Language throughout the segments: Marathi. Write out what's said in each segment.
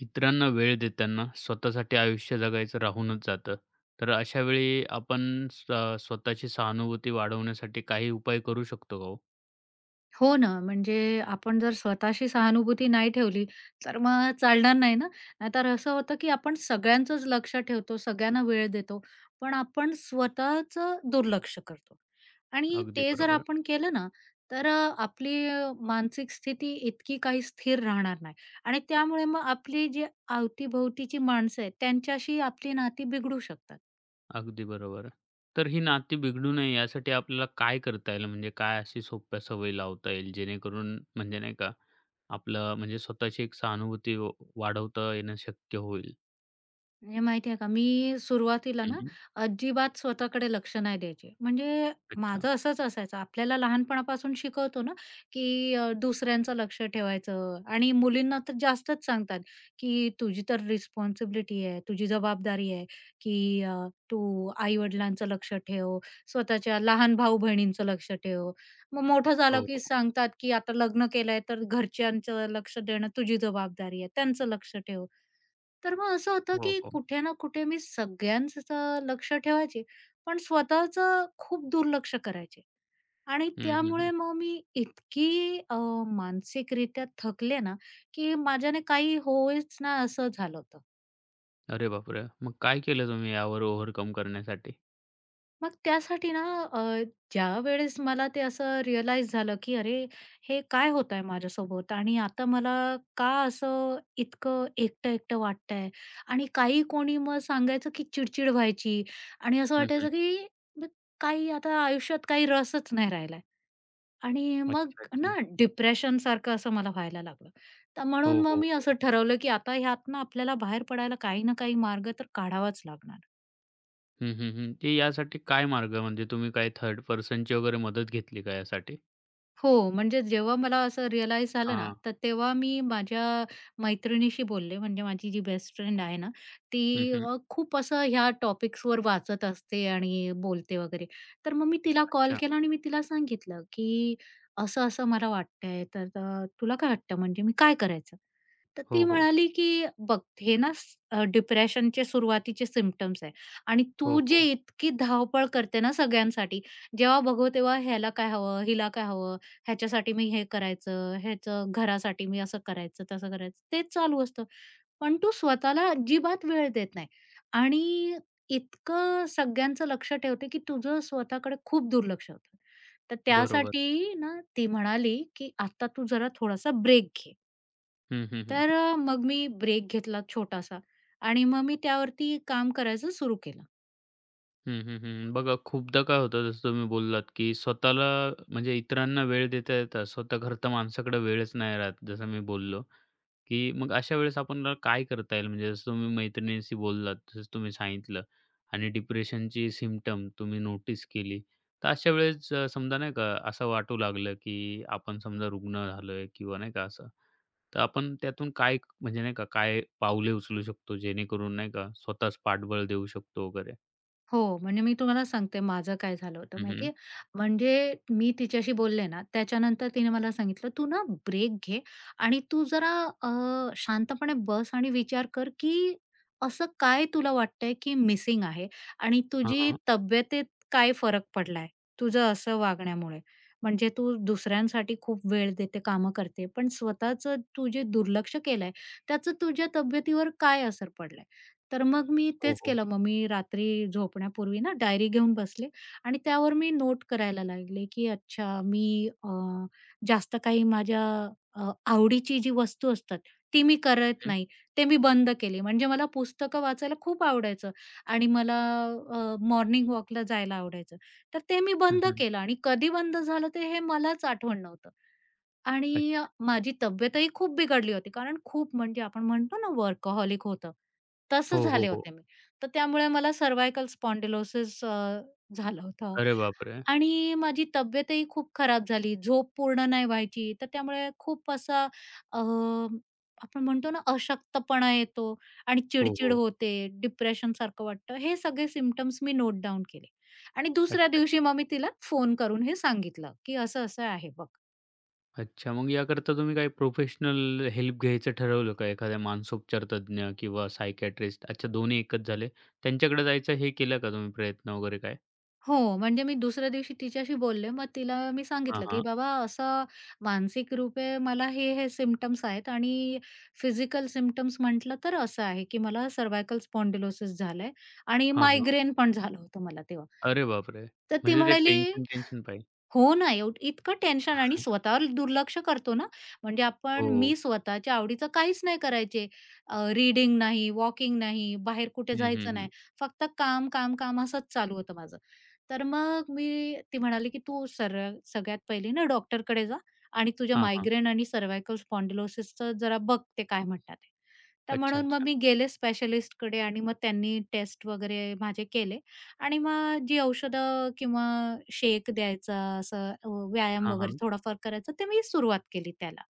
इतरांना वेळ देताना स्वतःसाठी आयुष्य जगायचं राहूनच जातं. तर अशा वेळी आपण स्वतःची सहानुभूती वाढवण्यासाठी काही उपाय करू शकतो का हो? हो ना, म्हणजे आपण जर स्वतःशी सहानुभूती नाही ठेवली, तर मग चालणार नाही ना. नाहीतर असं होतं, की आपण सगळ्यांचंच लक्ष ठेवतो, सगळ्यांना वेळ देतो, पण आपण स्वतःचं दुर्लक्ष करतो. आणि अगदी ते जर बरोबर. आपण केलं ना, तर आपली मानसिक स्थिती इतकी काही स्थिर राहणार नाही आणि त्यामुळे मग आपली जी अवतीभोवतीची माणसं आहेत, त्यांच्याशी आपली नाती बिघडू शकतात. अगदी बरोबर. तर ही नाती बिघडू नये यासाठी आपल्याला काय करता येईल? म्हणजे काय अशी सोप्या सवयी लावता येईल जेणेकरून म्हणजे नाही का, आपलं म्हणजे स्वतःची एक सहानुभूती वाढवता येणं शक्य होईल? म्हणजे माहिती आहे का, मी सुरुवातीला ना हं, अजिबात स्वतःकडे लक्ष नाही द्यायचे. म्हणजे अच्छा. माझं असंच असायचं. आपल्याला लहानपणापासून शिकवतो ना, की दुसऱ्यांचं लक्ष ठेवायचं आणि मुलींना तर जास्तच सांगतात, की तुझी तर रिस्पॉन्सिबिलिटी आहे, तुझी जबाबदारी आहे, की तू आई-वडिलांचं लक्ष ठेव, स्वतःच्या लहान भाऊ-बहिणींचं लक्ष ठेव. मग मोठं हो, झालं की हो. सांगतात, की आता लग्न केलंय, तर घरच्यांचं लक्ष देणं तुझी जबाबदारी आहे, त्यांचं लक्ष ठेव. तर मग असं होतं, हो, की हो. कुठे ना कुठे मी सगळ्यांचं लक्ष ठेवायचे, पण स्वतःचं खूप दुर्लक्ष करायचे. आणि हं, हं, हं. त्यामुळे मग मी इतकी मानसिकरित्या थकले ना, की माझ्याने काही होईच ना असं झालं होतं. अरे बापरे! मग काय केलं तुम्ही यावर ओव्हरकम करण्यासाठी? मग त्यासाठी ना अ, ज्यावेळेस मला ते असं रिअलाईज झालं, की अरे, हे काय होत आहे माझ्यासोबत आणि आता मला का असं इतकं एकटं-एकटं वाटतंय आणि काही कोणी मग सांगायचं, की चिडचिड व्हायची आणि असं वाटायचं, की मग काही आता आयुष्यात काही रसच नाही राहिलाय आणि मग अच्छा, अच्छा. ना डिप्रेशनसारखं असं मला व्हायला लागलं. तर म्हणून हो, मग हो. मी हो. असं ठरवलं, की आता ह्यातनं आपल्याला बाहेर पडायला काही ना काही मार्ग तर काढावाच लागणार. हं, हं, हं. ते यासाठी काय मार्ग म्हणजे तुम्ही काय थर्ड पर्सनची वगैरे मदत घेतली का यासाठी? हो, म्हणजे जेव्हा मला असं रिअलाईज झालं ना, हां. तर तेव्हा मी माझ्या मैत्रिणीशी बोलले. म्हणजे माझी जी बेस्ट फ्रेंड आहे ना, हं, ती हं. खूप असं ह्या टॉपिक्सवर वाचत असते आणि बोलते वगैरे. तर मग मी तिला कॉल अच्छा. केला आणि मी तिला सांगितलं, की असं-असं मला वाटतंय, तर तुला काय वाटतं म्हणजे मी काय करायचं? तर ती हो, हो. म्हणाली, की "बघ हे ना डिप्रेशनचे सुरुवातीचे सिम्प्टम्स आहे आणि हो, तू जे हो. इतकी धावपळ करते ना सगळ्यांसाठी, जेव्हा बघू तेव्हा ह्याला काय हवं, हिला काय हवं, ह्याच्यासाठी मी हे करायचं, ह्याचं घरासाठी मी असं करायचं, तसं करायचं." तेच चालू असतं. पण तू स्वतःला अजिबात वेळ देत नाही आणि इतकं सगळ्यांचं लक्ष ठेवते, की तुझं स्वतःकडे खूप दुर्लक्ष होतं. तर बरोबर. त्यासाठी ना ती म्हणाली, की "आता तू जरा थोडासा ब्रेक घे." हं, हं, हं. तर मग मी ब्रेक घेतला छोटासा आणि मग मी त्यावरती काम करायचं सुरू केलं. हं, हं, हं. बघा खूपदा काय होतं जसं तुम्ही बोललात, की स्वतःला म्हणजे इतरांना वेळ देता-देता स्वतः घरच्या माणसाकडे वेळच नाही राहत जसं मी बोललो. की मग अशा वेळेस आपणला काय करता येईल? म्हणजे जसं तुम्ही मैत्रिणीशी बोललात, जसं तुम्ही सांगितलं आणि डिप्रेशनची सिम्प्टम तुम्ही नोटीस केली. तर अशा वेळेस समजा नाही का असं वाटू लागलं, की आपण समजा रुग्ण झालोय किंवा नाही का असं, तर आपण त्यातून म्हणजे नाही का काय पाऊले उचलू शकतो जेणेकरून नाही का स्वतःच पाठबळ देऊ शकतो वगैरे? हो, म्हणजे मी तुम्हाला सांगते माझं काय झालं होतं हं, माहिती हं. आहे? म्हणजे मी तिच्याशी बोलले ना, त्याच्यानंतर तिने मला सांगितलं, "तू ना ब्रेक घे आणि तू जरा अ, शांतपणे बस आणि विचार कर, की असं काय तुला वाटतंय की मिसिंग आहे आणि हां, तुझी हां. तब्येतीत काय फरक पडलाय तुझं असं वागण्यामुळे? म्हणजे तू दुसऱ्यांसाठी खूप वेळ देते, कामं करते, पण स्वतःचं तू जे दुर्लक्ष केलंय, त्याचं तुझ्या तब्येतीवर काय असर पडलाय?" तर मग मी हो, तेच हो. केलं. मग मी रात्री झोपण्यापूर्वी ना डायरी घेऊन बसले आणि त्यावर मी नोट करायला लागले, की अच्छा मी जास्त काही माझ्या आवडीची जी वस्तू असतात, ती मी करत हं. नाही. ते मी बंद केली. म्हणजे मला पुस्तकं वाचायला खूप आवडायचं आणि मला मॉर्निंग वॉकला जायला आवडायचं. तर ते मी हं, बंद हं. केलं आणि कधी बंद झालं ते हे मलाच आठवण नव्हतं. आणि अच्छा. माझी तब्येतही खूप बिघडली होती. कारण खूप म्हणजे आपण म्हणतो ना वर्कहॉलिक होतं, तसं हो, हो, झाले हो. होते मी. तर त्यामुळे मला सर्व्हायकल स्पॉन्डिलोसिस झालं होतं अरे बापरे! आणि माझी तब्येतही खूप खराब झाली. झोप पूर्ण नाही व्हायची. तर त्यामुळे खूप असा अ, आपण म्हणतो ना अशक्तपणा येतो आणि हो, चिडचिड हो. होते, डिप्रेशनसारखं वाटतं. हे सगळे सिम्प्टम्स मी नोट डाउन केले आणि दुसऱ्या अच्छा, दिवशी अच्छा. मग मी तिला फोन करून हे सांगितलं, की असं-असं आहे बघ. अच्छा. मग याकरता तुम्ही काही प्रोफेशनल हेल्प घ्यायचं ठरवलं का? एखाद्या मानसोपचार तज्ञ किंवा सायकियाट्रिस्ट अच्छा दोन्ही एकच झाले. त्यांच्याकडे जायचं हे केलं का तुम्ही प्रयत्न वगैरे काय? हो, म्हणजे मी दुसऱ्या दिवशी तिच्याशी बोलले. मग तिला मी हां, सांगितलं, की हां. "बाबा असं मानसिक रूपे मला हे, हे सिम्प्टम्स आहेत आणि फिजिकल सिम्प्टम्स म्हटलं तर असं आहे, की मला सर्व्हायकल स्पॉन्डिलोसिस झालंय आणि हां, हां. मायग्रेन पण झालं होतं मला तेव्हा." अरे बापरे! तर ती म्हणजे ते म्हणाली, टेन्शन, टेन्शन पायी. "हो ना, एव इतकं टेन्शन आणि हां. स्वतःवर दुर्लक्ष करतो ना, म्हणजे आपण हो. मी स्वतःच्या आवडीचं काहीच नाही करायचे. रीडिंग नाही, वॉकिंग नाही, बाहेर कुठे हं, हं, जायचं हं. नाही. फक्त काम, काम, काम असंच चालू होतं माझं." तर मग मी ती म्हणाली, की "तू सगळ्यात पहिले ना डॉक्टरकडे जा आणि तुझ्या हां, हां. मायग्रेन आणि सर्व्हायकल स्पॉन्डिलोसिसचं जरा बघ ते काय म्हणतात ते." तर अच्छा, म्हणून मग अच्छा. मी गेले स्पेशलिस्टकडे आणि मग त्यांनी टेस्ट वगैरे माझे केले आणि मग जी औषधं किंवा शेक द्यायचा, असं व्यायाम हां, वगैरे हां. थोडाफार करायचा, ते मी सुरुवात केली त्याला.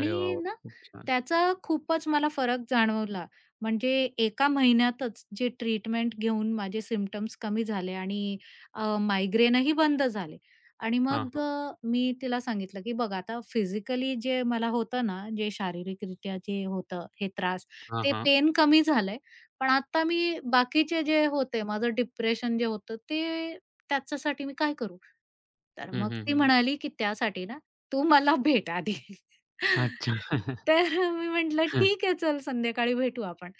अरे वाह! वाह! ना खूप छान. त्याचा खूपच मला फरक जाणवला. म्हणजे एका महिन्यातच जे ट्रीटमेंट घेऊन माझे सिम्प्टम्स कमी झाले आणि मायग्रेनही बंद झाले. आणि हां, मग हां. मी तिला सांगितलं, की बघ आता फिजिकली जे मला होतं ना, जे शारीरिकरित्या जे होतं हे त्रास, हां, ते हां. पेन कमी झालंय. पण आता मी बाकीचे जे होते, माझं डिप्रेशन जे होतं ते त्याच्यासाठी मी काय करू? तर हं, मग हं, ती हं. म्हणाली, की त्यासाठी ना तू मला भेट आधी. अच्छा. तर मी म्हटलं, "ठीक आहे, चल संध्याकाळी भेटू आपण."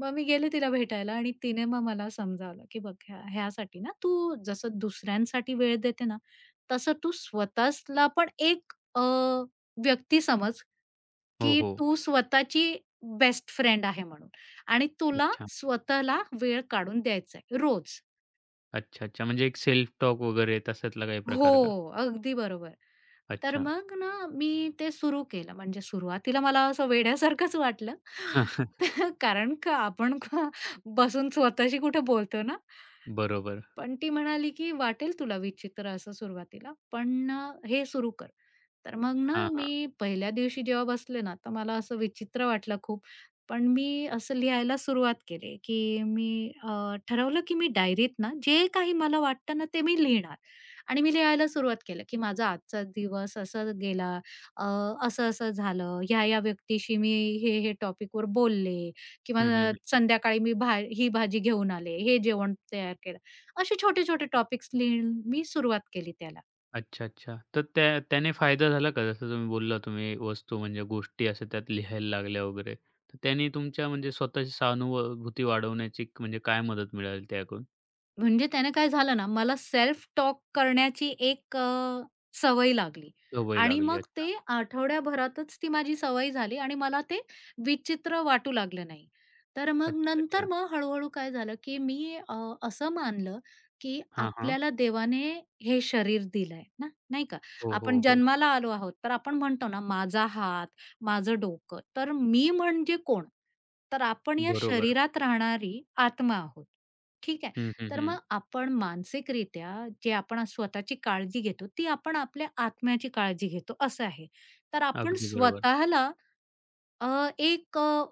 मग मी गेले तिला भेटायला आणि तिने मग मला समजावलं, की "बघ ह्यासाठी ना तू जसं दुसऱ्यांसाठी वेळ देते ना, तसं तू स्वतःला पण एक व्यक्ती समज, हो, की हो. तू स्वतःची बेस्ट फ्रेंड आहे म्हणून आणि तुला अच्छा. स्वतःला वेळ काढून द्यायचा आहे रोज." अच्छा, अच्छा. म्हणजे एक सेल्फ टॉक वगैरे तशातला काही हो, प्रकार का? अगदी बरोबर. तर अच्छा. मग ना, मी ते सुरू केलं. म्हणजे सुरुवातीला मला असं वेड्यासारखंच वाटलं. तर कारण का आपण का बसून स्वतःशी कुठे बोलतो ना? बरोबर. पण ती म्हणाली, की "वाटेल तुला विचित्र असं सुरुवातीला, पण हे सुरू कर." तर मग ना, हां, हां. मी पहिल्या दिवशी जेव्हा बसले ना, तर मला असं विचित्र वाटलं खूप. पण मी असं लिहायला सुरुवात केली, की मी ठरवलं, की मी डायरीत ना, जे काही मला वाटतं ना, ते मी लिहिणार. आणि मी लिहायला सुरुवात केलं, की माझा आजचा दिवस असा गेला, अ, असं-असं झालं, ह्या-ह्या व्यक्तीशी मी हे-हे टॉपिकवर बोलले किंवा हं, हं, हं. संध्याकाळी मी ही भाजी घेऊन आले, हे जेवण तयार केलं. असे छोटे-छोटे टॉपिक्स लिहून मी सुरुवात केली त्याला. अच्छा, अच्छा. तर त्या त्याने फायदा झाला का? जसं तुम्ही बोलला तुम्ही वस्तू म्हणजे गोष्टी अशा त्यात लिहायला लागल्या वगैरे. तर त्याने तुमच्या म्हणजे स्वतःची सहानुभूती वाढवण्याची म्हणजे काय मदत मिळाली त्याकडून? म्हणजे त्याने काय झालं ना, मला सेल्फ टॉक करण्याची एक सवय लागली सवय आणि लागली. मग अच्छा. ते आठवड्याभरातच ती माझी सवय झाली आणि मला ते विचित्र वाटू लागलं नाही. तर मग अच्छा, नंतर अच्छा. मग हळू-हळू काय झालं, की मी असं मानलं, की हां, हां. आपल्याला देवाने हे शरीर दिलंय ना, नाही का? हो, हो, आपण हो. जन्माला आलो आहोत, तर आपण म्हणतो ना, माझा हात, माझं डोकं. तर मी म्हणजे कोण? तर आपण या बरोबर. शरीरात राहणारी आत्मा आहोत. ठीक आहे? हं, हं, तर हं. मग आपण मानसिकरित्या जे आपण आज स्वतःची काळजी घेतो, ती आपण आपल्या आत्म्याची काळजी घेतो असं आहे. तर आपण अगदी बरोबर. स्वतःला अ, एक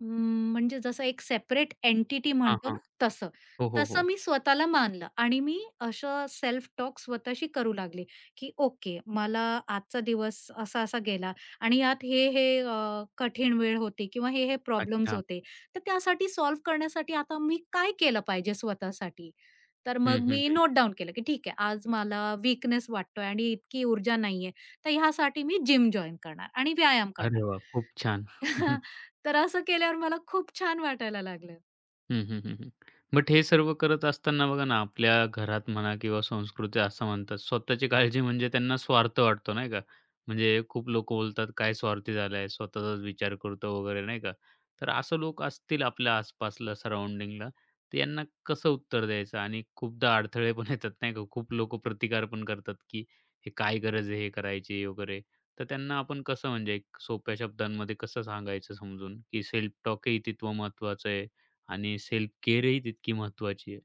म्हणजे जसं एक सेपरेट एंटिटी हां, म्हणतो हां. ना तसं. हो, हो, हो. तसं मी स्वतःला मानलं आणि मी असं सेल्फ टॉक स्वतःशी करू लागले, की ओके मला आजचा दिवस असा-असा गेला आणि यात हे-हे कठीण वेळ होती किंवा हे-हे प्रॉब्लेम्स अच्छा. होते. तर त्यासाठी सॉल्व्ह करण्यासाठी आता मी काय केलं पाहिजे स्वतःसाठी? तर हं, मग हं, मी हं. नोट डाउन केलं, की ठीक आहे आज मला वीकनेस वाटतोय आणि इतकी ऊर्जा नाहीये, तर ह्यासाठी मी जिम जॉइन करणार आणि व्यायाम करणार. अरे वाह! खूप छान. तर असं केल्यावर मला खूप छान वाटायला लागलं. हं, हं, हं, हं. बट हे सर्व करत असताना बघा ना, आपल्या घरात म्हणा किंवा संस्कृती असं म्हणतात, स्वतःची काळजी म्हणजे त्यांना स्वार्थ वाटतो, नाही का? म्हणजे खूप लोकं बोलतात, "काय स्वार्थी झालाय, स्वतःचाच विचार करतो" वगैरे, नाही का? तर असं लोक असतील आपल्या आसपासला, सराउंडिंगला, तर यांना कसं उत्तर द्यायचं? आणि खूपदा अडथळे पण येतात, नाही का? खूप लोकं प्रतिकार पण करतात, की "हे काय गरज आहे हे करायची?" वगैरे. तर त्यांना आपण कसं म्हणजे एक सोप्या शब्दांमध्ये कसं सांगायचं समजून, की सेल्फ टॉक हे तितव महत्त्वाचं आहे? आणि सेल्फ केअरही तितकी महत्त्वाची आहे.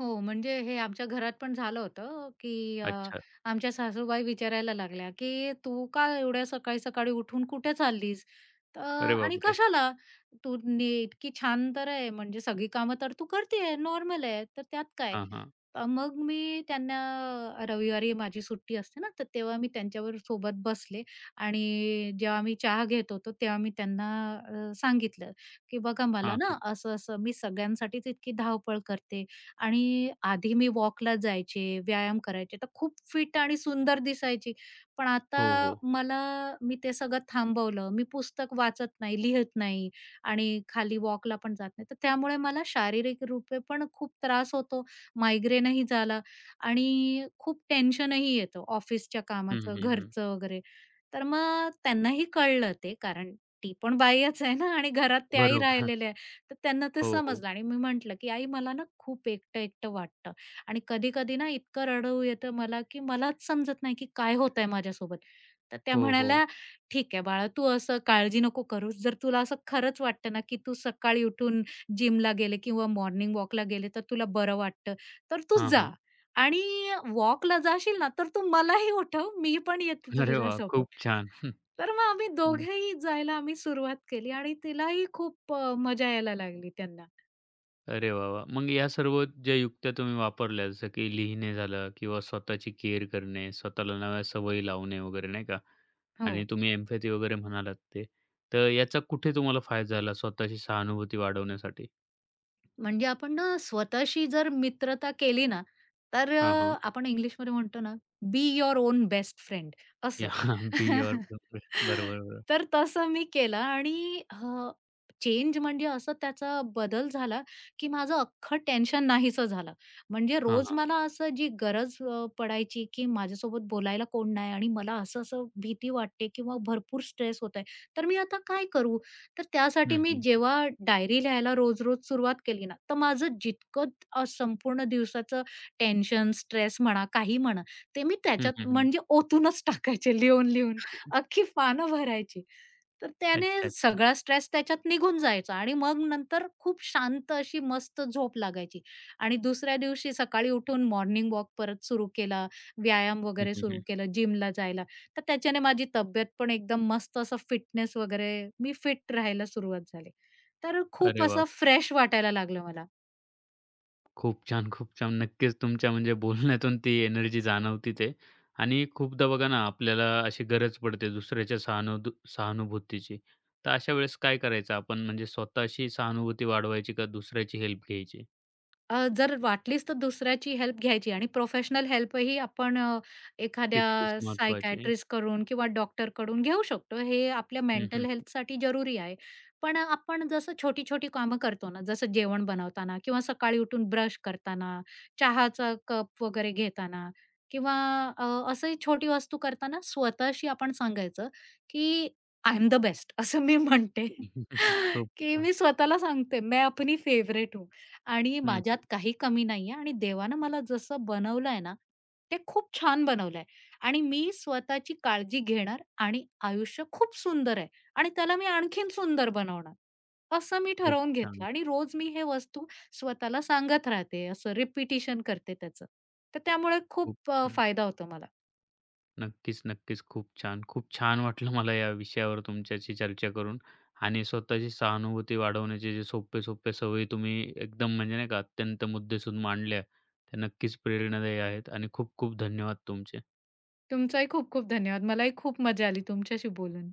हो, म्हणजे हे आमच्या घरात पण झालं होतं, की अच्छा. आमच्या सासूबाई विचारायला लागल्या, की "तू का एवढ्या सकाळी-सकाळी उठून कुठे चाललीस? तर अरे आणि बापरे! कशाला? तू नी इतकी छान तर आहे, म्हणजे सगळी कामं तर तू करते आहे, नॉर्मल आहे, तर त्यात काय?" हां, हां. मग मी त्यांना रविवारी माझी सुट्टी असते ना, तर तेव्हा मी त्यांच्यावर सोबत बसले आणि जेव्हा मी चहा घेत होतो, तेव्हा मी त्यांना सांगितलं, की "बघा मला हां, ना हां. असं-असं मी सगळ्यांसाठीच इतकी धावपळ करते आणि आधी मी वॉकला जायचे, व्यायाम करायचे, तर खूप फिट आणि सुंदर दिसायची. पण आता हो, हो. मला मी ते सगळं थांबवलं. मी पुस्तक वाचत नाही, लिहत नाही आणि खाली वॉकला पण जात नाही. तर त्यामुळे मला शारीरिक रूपे पण खूप त्रास होतो मायग्रेनही झाला आणि खूप टेन्शनही येतं ऑफिसच्या हं, कामाचं, हं, हं. घरचं वगैरे. तर मग त्यांनाही कळलं ते कारण ती पण बाईच आहे ना आणि घरात त्याही बरोबर. राहिलेल्या आहे. तर त्यांना ते हो, हो. समजलं आणि मी म्हटलं, की "आई मला ना खूप एकटं-एकटं वाटतं आणि कधी-कधी ना इतकं रडू येतं मला, की मलाच समजत नाही की काय होतंय माझ्यासोबत." तर त्या हो, हो. म्हणाल्या, "ठीक आहे बाळा, तू असं काळजी नको करूस. जर तुला असं खरंच वाटतं ना, की तू सकाळी उठून जिमला गेले किंवा मॉर्निंग वॉकला गेले तर तुला बरं वाटतं." तर तू हां, जा हां. आणि वॉकला जाशील ना, तर तू मलाही उठव, मी पण येते अरे वाह! तुझ्यासोबत. खूप छान. तर मग आम्ही हम्म. दोघेही जायला आम्ही सुरुवात केली आणि तिलाही खूप मजा यायला लागली त्यांना. अरे वाह, वाह! मग या सर्व ज्या युक्त्या तुम्ही वापरल्या जसं की लिहिणे झालं किंवा स्वतःची केअर करणे, स्वतःला नव्या सवयी लावणे वगैरे नाही का? आणि हो. तुम्ही एम्पॅथी वगैरे म्हणालात ते. तर याचा कुठे तुम्हाला फायदा झाला स्वतःची सहानुभूती वाढवण्यासाठी? म्हणजे आपण ना स्वतःशी जर मित्रता केली ना, तर हां, हां. आपण इंग्लिशमध्ये म्हणतो ना, be your own best friend या असं. बी युअर बरोबर, बरोबर. तर तसं मी केलं आणि चेंज म्हणजे असं त्याचा बदल झाला, की माझं अख्खं टेन्शन नाहीसं झालं. म्हणजे हां, रोज हां. मला असं जी गरज पडायची, की माझ्यासोबत बोलायला कोण नाही आणि मला असं-असं भीती वाटते किंवा भरपूर स्ट्रेस होत आहे. तर मी आता काय करू? तर त्यासाठी हं, मी हं. जेव्हा डायरी लिहायला रोज-रोज सुरुवात केली ना, तर माझं जितकं संपूर्ण दिवसाचं टेन्शन, स्ट्रेस म्हणा, काही म्हणा, ते मी हं, हं, त्याच्यात हं. म्हणजे ओतूनच टाकायचे लिहून-लिहून. अख्खी पानं भरायची. तर त्याने अच्छा, अच्छा. सगळा स्ट्रेस त्याच्यात निघून जायचा आणि मग नंतर खूप शांत अशी मस्त झोप लागायची आणि दुसऱ्या दिवशी सकाळी उठून मॉर्निंग वॉक परत सुरू केला, व्यायाम हं, वगैरे हं, सुरू हं. केला, जिमला जायला. तर त्याच्याने माझी तब्येत पण एकदम मस्त असं फिटनेस वगैरे मी फिट राहायला सुरुवात झाली. तर खूप अरे वाह! असं फ्रेश वाटायला लागलं मला. खूप छान, खूप छान. नक्कीच तुमच्या म्हणजे बोलण्यातून ती एनर्जी जाणवतीच आहे. आणि खूपदा बघा ना, आपल्याला अशी गरज पडते दुसऱ्याच्या सहानुभूतीची. तर अशा वेळेस काय करायचं आपण म्हणजे स्वतःची सहानुभूती वाढवायची का दुसऱ्याची हेल्प घ्यायची? जर वाटलीच तर दुसऱ्याची हेल्प घ्यायची आणि प्रोफेशनल हेल्पही आपण एखाद्या तितकीच महत्त्वाची आहे. सायकायट्रिस्टकडून किंवा डॉक्टरकडून घेऊ शकतो. हे आपल्या हं, मेंटल हं. हेल्थसाठी जरुरी आहे. पण आपण जसं छोटी-छोटी कामं करतो ना, जसं जेवण बनवताना किंवा सकाळी उठून ब्रश करताना, चहाचा कप वगैरे घेताना किंवा अ, असंही छोटी वस्तू करताना स्वतःशी आपण सांगायचं, की आय एम द बेस्ट असं मी म्हणते, खूप की हां. मी स्वतःला सांगते, मैं अपनी फेवरेट हूँ. आणि हं, माझ्यात हं. काही कमी नाहीये आणि देवानं मला जसं बनवलंय ना, ते खूप छान बनवलंय आणि मी स्वतःची काळजी घेणार आणि आयुष्य खूप सुंदर आहे आणि त्याला मी आणखीन सुंदर बनवणार. असं मी खूप ठरवून छान, घेतलं आणि रोज मी हे वस्तू स्वतःला सांगत राहते, असं रिपिटिशन करते त्याचं. तर त्यामुळे खूप खूप छान. फायदा होतो मला. नक्कीच, नक्कीच. खूप छान. खूप छान वाटलं मला या विषयावर तुमच्याशी चर्चा करून आणि स्वतःची सहानुभूती वाढवण्याचे जे सोपे-सोपे सवयी तुम्ही एकदम म्हणजे नाही का अत्यंत मुद्देसूद मांडल्या, त्या नक्कीच प्रेरणादायी आहेत आणि खूप-खूप धन्यवाद तुमचे. तुमचाही खूप खूप धन्यवाद. मलाही खूप मजा आली तुमच्याशी बोलून.